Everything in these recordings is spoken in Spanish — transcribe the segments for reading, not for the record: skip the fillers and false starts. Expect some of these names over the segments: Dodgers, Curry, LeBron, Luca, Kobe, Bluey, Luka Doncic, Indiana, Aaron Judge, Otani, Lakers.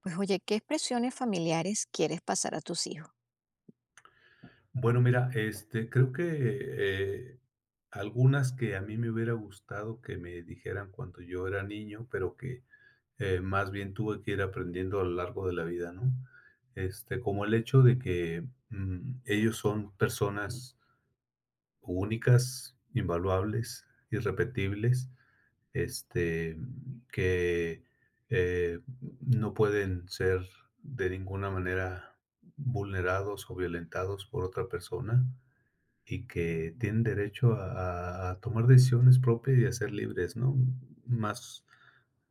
Pues oye, ¿qué expresiones familiares quieres pasar a tus hijos? Bueno, mira, creo que, algunas que a mí me hubiera gustado que me dijeran cuando yo era niño, pero que más bien tuve que ir aprendiendo a lo largo de la vida, ¿no? Como el hecho de que ellos son personas únicas, invaluables, irrepetibles, este, que, eh, no pueden ser de ninguna manera vulnerados o violentados por otra persona, y que tienen derecho a tomar decisiones propias y a ser libres, ¿no? Más,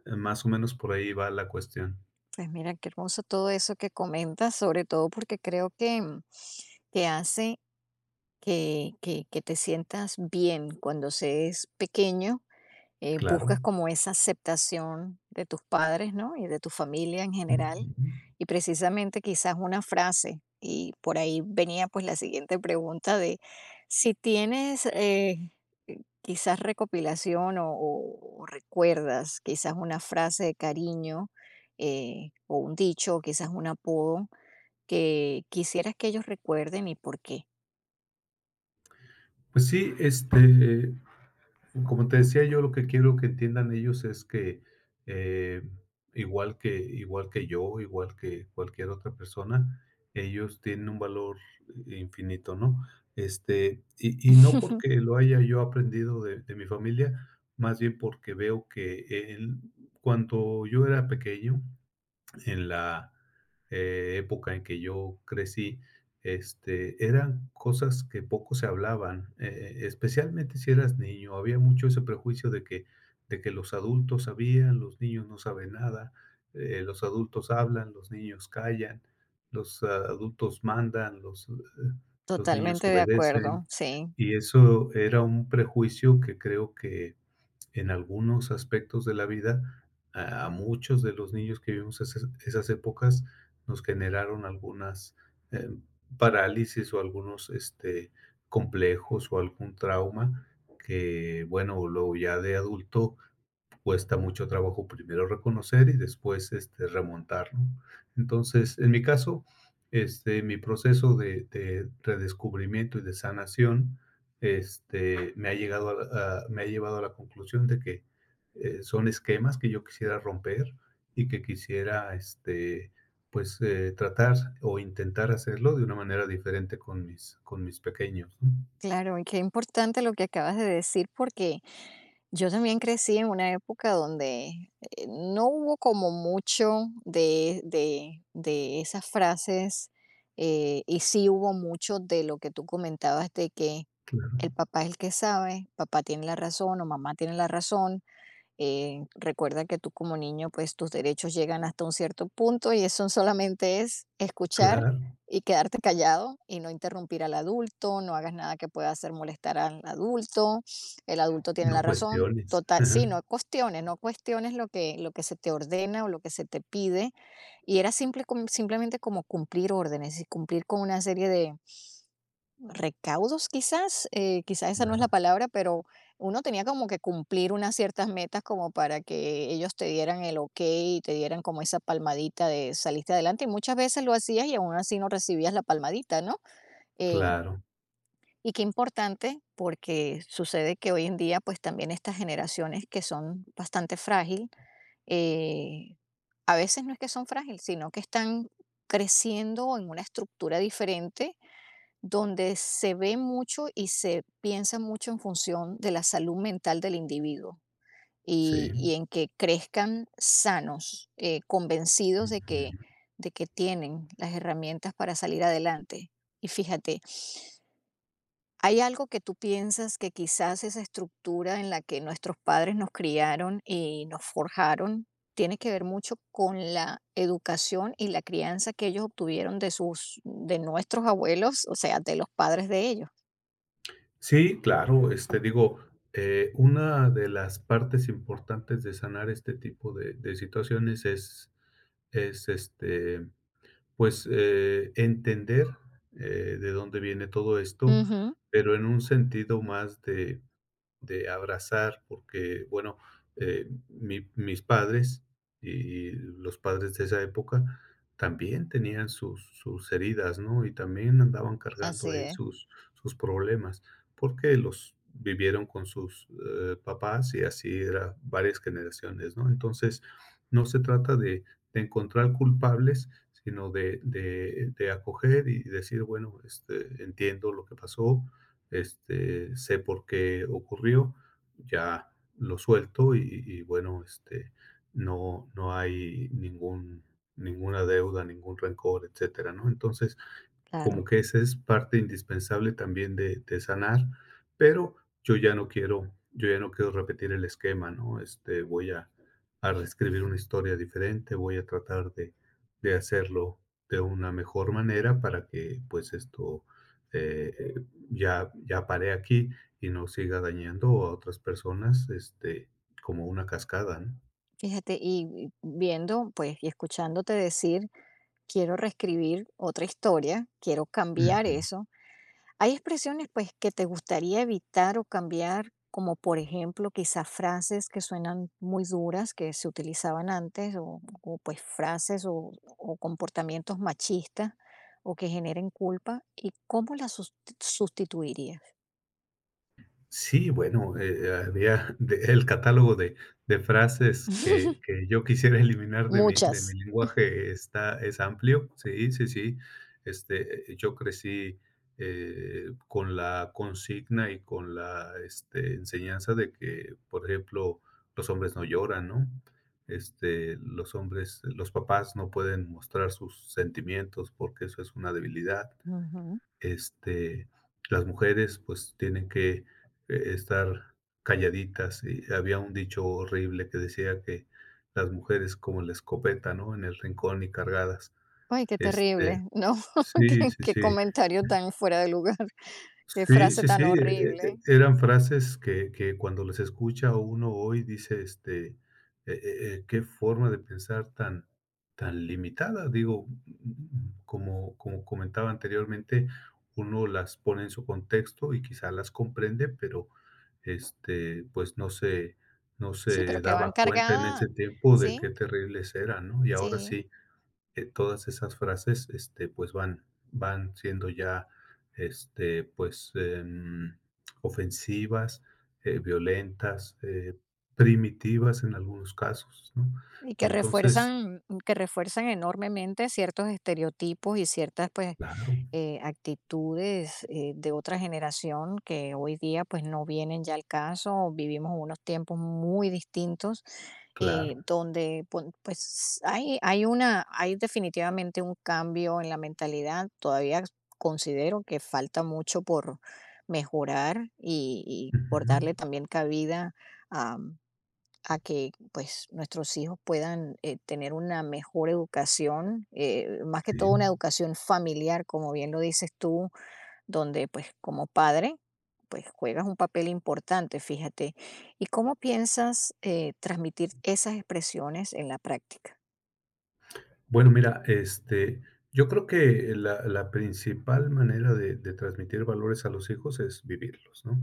más o menos por ahí va la cuestión. Pues mira, qué hermoso todo eso que comentas, sobre todo porque creo que, que hace que te sientas bien cuando se es pequeño, Claro. buscas como esa aceptación de tus padres, ¿no? Y de tu familia en general. Ujú. Y precisamente quizás una frase, y por ahí venía pues la siguiente pregunta de si tienes quizás recopilación o recuerdas quizás una frase de cariño, o un dicho, o quizás un apodo que quisieras que ellos recuerden y por qué. Pues sí, como te decía, yo lo que quiero que entiendan ellos es que, eh, igual que yo, igual que cualquier otra persona, ellos tienen un valor infinito, ¿no? Y no porque lo haya yo aprendido de mi familia, más bien porque veo que en cuando yo era pequeño, en la época en que yo crecí, eran cosas que poco se hablaban, especialmente si eras niño. Había mucho ese prejuicio de que los adultos sabían, los niños no saben nada, los adultos hablan, los niños callan, los adultos mandan, los niños Totalmente de acuerdo, obedecen. sí. Y eso era un prejuicio que creo que en algunos aspectos de la vida, a muchos de los niños que vivimos esas épocas nos generaron algunas, eh, parálisis o algunos, complejos o algún trauma que, bueno, luego ya de adulto, cuesta mucho trabajo primero reconocer y después remontar, ¿no? Entonces, en mi caso, mi proceso de redescubrimiento y de sanación ha llegado a- me ha llevado a la conclusión de que son esquemas que yo quisiera romper y que quisiera tratar o intentar hacerlo de una manera diferente con mis pequeños, ¿no? Claro, y qué importante lo que acabas de decir, porque yo también crecí en una época donde no hubo como mucho de, de esas frases, y sí hubo mucho de lo que tú comentabas de que el Claro, papá es el que sabe, papá tiene la razón o mamá tiene la razón, recuerda que tú como niño, pues tus derechos llegan hasta un cierto punto y eso solamente es escuchar claro, y quedarte callado y no interrumpir al adulto, no hagas nada que pueda hacer molestar al adulto, el adulto tiene no la razón. cuestiones. Total, sí, no cuestiones, no cuestiones lo que se te ordena o lo que se te pide. Y era simple, simplemente como cumplir órdenes y cumplir con una serie de recaudos quizás, quizás esa no es la Claro, palabra, pero uno tenía como que cumplir unas ciertas metas como para que ellos te dieran el OK y te dieran como esa palmadita de saliste adelante y muchas veces lo hacías y aún así no recibías la palmadita, ¿no? Eh, claro, y qué importante porque sucede que hoy en día pues también estas generaciones que son bastante frágil, eh, a veces no es que son frágil, sino que están creciendo en una estructura diferente donde se ve mucho y se piensa mucho en función de la salud mental del individuo sí. y en que crezcan sanos, convencidos Ujú. de que tienen las herramientas para salir adelante. Y fíjate, ¿hay algo que tú piensas que quizás esa estructura en la que nuestros padres nos criaron y nos forjaron tiene que ver mucho con la educación y la crianza que ellos obtuvieron de sus, de nuestros abuelos, o sea, de los padres de ellos? Sí, claro, digo, una de las partes importantes de sanar este tipo de situaciones es entender, de dónde viene todo esto, Ujú, pero en un sentido más de abrazar, porque, bueno, mis padres y los padres de esa época también tenían sus, sus heridas, ¿no? Y también andaban cargando así ahí es, sus, sus problemas, porque los vivieron con sus papás y así era varias generaciones, ¿no? Entonces, no se trata de encontrar culpables, sino de acoger y decir, bueno, entiendo lo que pasó, sé por qué ocurrió, ya lo suelto y bueno, no, no hay ningún, ninguna deuda, ningún rencor, etcétera, ¿no? Entonces, como claro. que esa es parte indispensable también de sanar, pero yo ya no quiero repetir el esquema, ¿no? Voy a reescribir una historia diferente, voy a tratar de hacerlo de una mejor manera para que pues esto eh, ya, ya pare aquí y no siga dañando a otras personas, como una cascada, ¿no? Fíjate, y viendo, pues, y escuchándote decir, quiero reescribir otra historia, quiero cambiar Ujú. eso. Hay expresiones, pues, que te gustaría evitar o cambiar, como por ejemplo, quizás frases que suenan muy duras, que se utilizaban antes, pues frases o comportamientos machistas o que generen culpa. ¿Y cómo las sustituirías? Sí, bueno, había de el catálogo de frases que que yo quisiera eliminar de Muchas. mi lenguaje está es amplio. Sí, sí, sí. Yo crecí, con la consigna y con la, enseñanza de que, por ejemplo, los hombres no lloran, ¿no? Los hombres los papás no pueden mostrar sus sentimientos porque eso es una debilidad, Ujú. este, las mujeres pues tienen que estar calladitas. Y había un dicho horrible que decía que las mujeres como la escopeta, ¿no? En el rincón y cargadas. Ay, qué Este, terrible, ¿no? sí, Qué, sí, qué sí. comentario tan fuera de lugar, qué Sí, frase sí, sí, tan horrible. eran frases que cuando las escucha uno hoy dice, eh qué forma de pensar tan tan limitada, digo, como como comentaba anteriormente, uno las pone en su contexto y quizá las comprende, pero, pues, no Sí, se pero que van daba cuenta en ese cargadas, tiempo de sí, qué terribles eran, ¿no? Y ahora sí, sí, todas esas frases, pues van siendo ya, este, pues em, ofensivas, violentas, primitivas en algunos casos, ¿no? y Entonces, que refuerzan enormemente ciertos estereotipos y ciertas, pues, claro, actitudes de otra generación que hoy día pues no vienen ya al caso, vivimos unos tiempos muy distintos, claro. donde pues hay una, hay definitivamente un cambio en la mentalidad, todavía considero que falta mucho por mejorar y por Ujú, darle también cabida a que, pues, nuestros hijos puedan, tener una mejor educación, más que sí. todo una educación familiar, como bien lo dices tú, donde, pues, como padre, pues, juegas un papel importante, fíjate. ¿Y cómo piensas, transmitir esas expresiones en la práctica? Bueno, mira, yo creo que la principal manera de transmitir valores a los hijos es vivirlos, ¿no?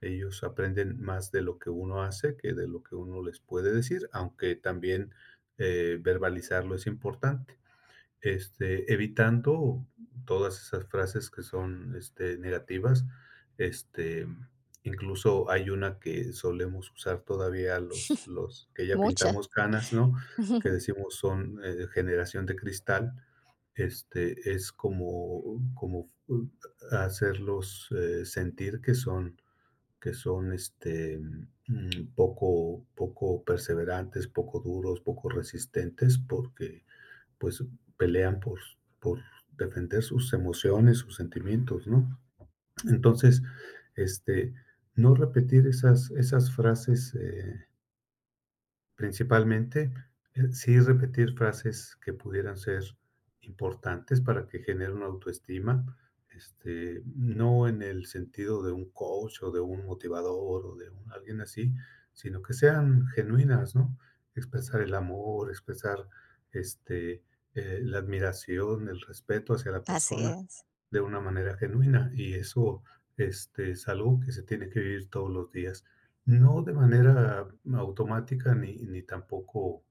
Ellos aprenden más de lo que uno hace que de lo que uno les puede decir, aunque también, verbalizarlo es importante. Evitando todas esas frases que son, negativas, este, incluso hay una que solemos usar todavía los que ya Muchas. pintamos canas, ¿no? Que decimos son, generación de cristal, es como hacerlos, sentir que son que son poco, poco perseverantes, poco duros, poco resistentes, porque pues pelean por defender sus emociones, sus sentimientos, ¿no? Entonces, este, no repetir esas, esas frases. Principalmente, sí repetir frases que pudieran ser importantes para que genere una autoestima, no en el sentido de un coach o de un motivador o de un- alguien así, sino que sean genuinas, ¿no? Expresar el amor, expresar este, la admiración, el respeto hacia la Así persona es. de una manera genuina y eso es algo que se tiene que vivir todos los días. No de manera automática ni ni tampoco,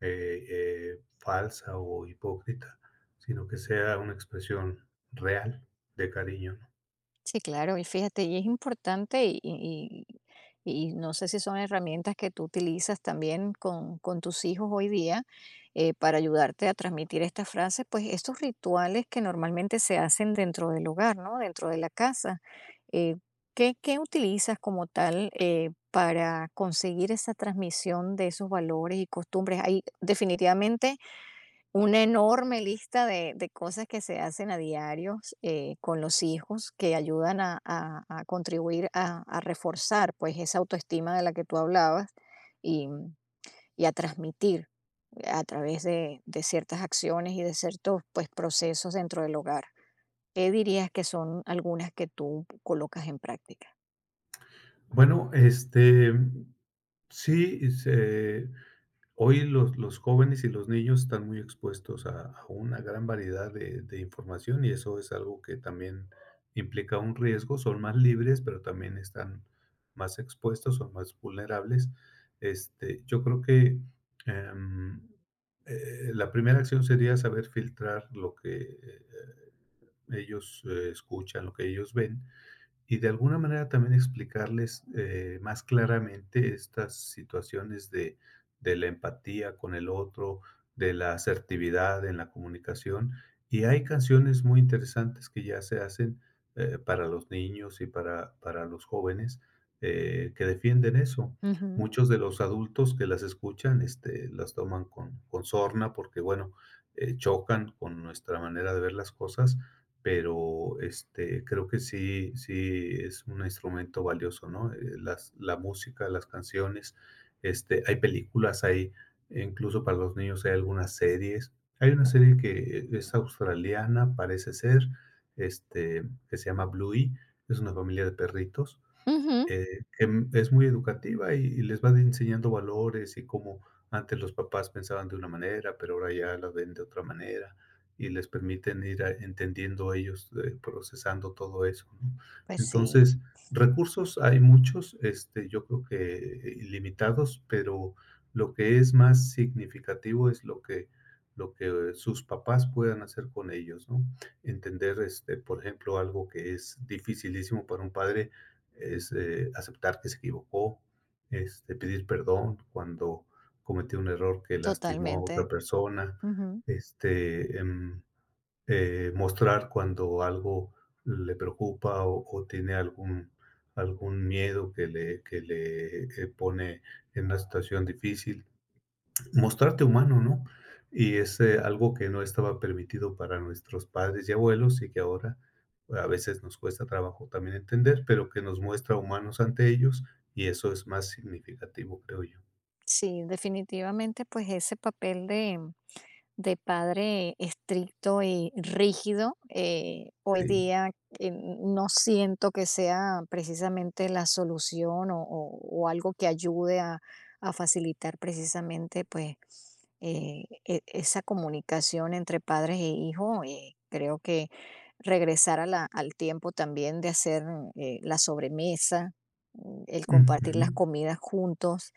falsa o hipócrita, sino que sea una expresión real de cariño, ¿no? Sí, claro, y fíjate, y es importante y no sé si son herramientas que tú utilizas también con tus hijos hoy día, para ayudarte a transmitir estas frases, pues estos rituales que normalmente se hacen dentro del hogar, ¿no? Dentro de la casa. eh, ¿Qué, qué utilizas como tal, para conseguir esa transmisión de esos valores y costumbres? Hay definitivamente una enorme lista de cosas que se hacen a diarios, con los hijos que ayudan a contribuir a reforzar, pues, esa autoestima de la que tú hablabas y, y a transmitir a través de ciertas acciones y de ciertos, pues, procesos dentro del hogar. ¿Qué dirías que son algunas que tú colocas en práctica? Bueno, sí, se hoy los jóvenes y los niños están muy expuestos a una gran variedad de información, y eso es algo que también implica un riesgo. Son más libres, pero también están más expuestos, son más vulnerables. Yo creo que, em, la primera acción sería saber filtrar lo que ellos escuchan, lo que ellos ven, y de alguna manera también explicarles, más claramente estas situaciones de la empatía con el otro, de la asertividad en la comunicación. Y hay canciones muy interesantes que ya se hacen, para los niños y para los jóvenes, que defienden eso. Ujú. Muchos de los adultos que las escuchan, las toman con sorna porque, bueno, chocan con nuestra manera de ver las cosas, pero creo que sí, sí es un instrumento valioso, ¿no? Las, la música, las canciones, hay películas, hay e incluso para los niños hay algunas series. Hay una serie que es australiana, parece ser, este, que se llama Bluey, es una familia de perritos Ujú, eh, es muy educativa y les va enseñando valores y cómo antes los papás pensaban de una manera, pero ahora ya la ven de otra manera y les permiten ir a- entendiendo ellos, procesando todo eso, ¿no? pues sí, Entonces, recursos hay muchos, yo creo que ilimitados, pero lo que es más significativo es lo que sus papás puedan hacer con ellos, ¿no? Entender, por ejemplo, algo que es dificilísimo para un padre, es aceptar que se equivocó, pedir perdón cuando cometió un error que lastimó a totalmente. otra persona, Ujú. este, em, mostrar cuando algo le preocupa o tiene algún, algún miedo que le, que le pone en una situación difícil. Mostrarte humano, ¿no? Y es, algo que no estaba permitido para nuestros padres y abuelos, y que ahora a veces nos cuesta trabajo también entender, pero que nos muestra humanos ante ellos, y eso es más significativo, creo yo. Sí, definitivamente, pues, ese papel de padre estricto y rígido, hoy Sí. día, no siento que sea precisamente la solución o, o algo que ayude a facilitar precisamente pues esa comunicación entre padres e hijos. Eh, creo que regresar a al tiempo también de hacer, la sobremesa, mm, el compartir las Ujú. comidas juntos,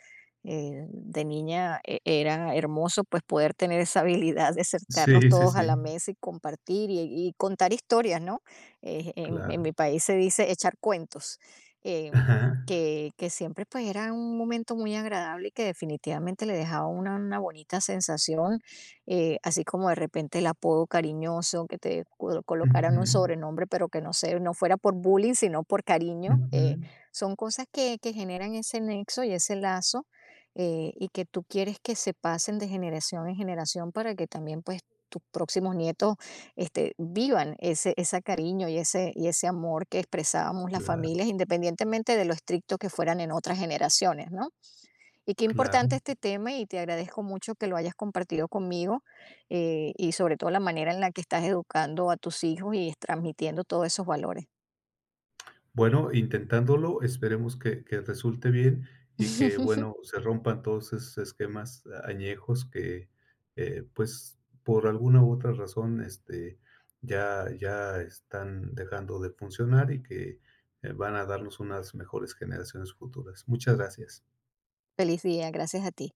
de niña era hermoso pues poder tener esa habilidad de sentarnos Sí, sí, todos a la sí, mesa y compartir y contar historias, ¿no? En claro. mi país se dice echar cuentos, em, Ajá. Que siempre pues era un momento muy agradable y que definitivamente le dejaba una bonita sensación, así como de repente el apodo cariñoso, que te colocaran un Ujú, sobrenombre, pero que no sé, no fuera por bullying, sino por cariño. Ujú. Son cosas que generan ese nexo y ese lazo, y que tú quieres que se pasen de generación en generación para que también pues tus próximos nietos este, vivan ese, ese cariño y ese amor que expresábamos las Claro, familias, independientemente de lo estricto que fueran en otras generaciones, ¿no? Y qué importante claro. este tema y te agradezco mucho que lo hayas compartido conmigo, y sobre todo la manera en la que estás educando a tus hijos y transmitiendo todos esos valores. Bueno, intentándolo, esperemos que resulte bien y que, bueno, se rompan todos esos esquemas añejos que, pues, por alguna u otra razón, ya ya están dejando de funcionar y que, van a darnos unas mejores generaciones futuras. Muchas gracias. Feliz día, gracias a ti.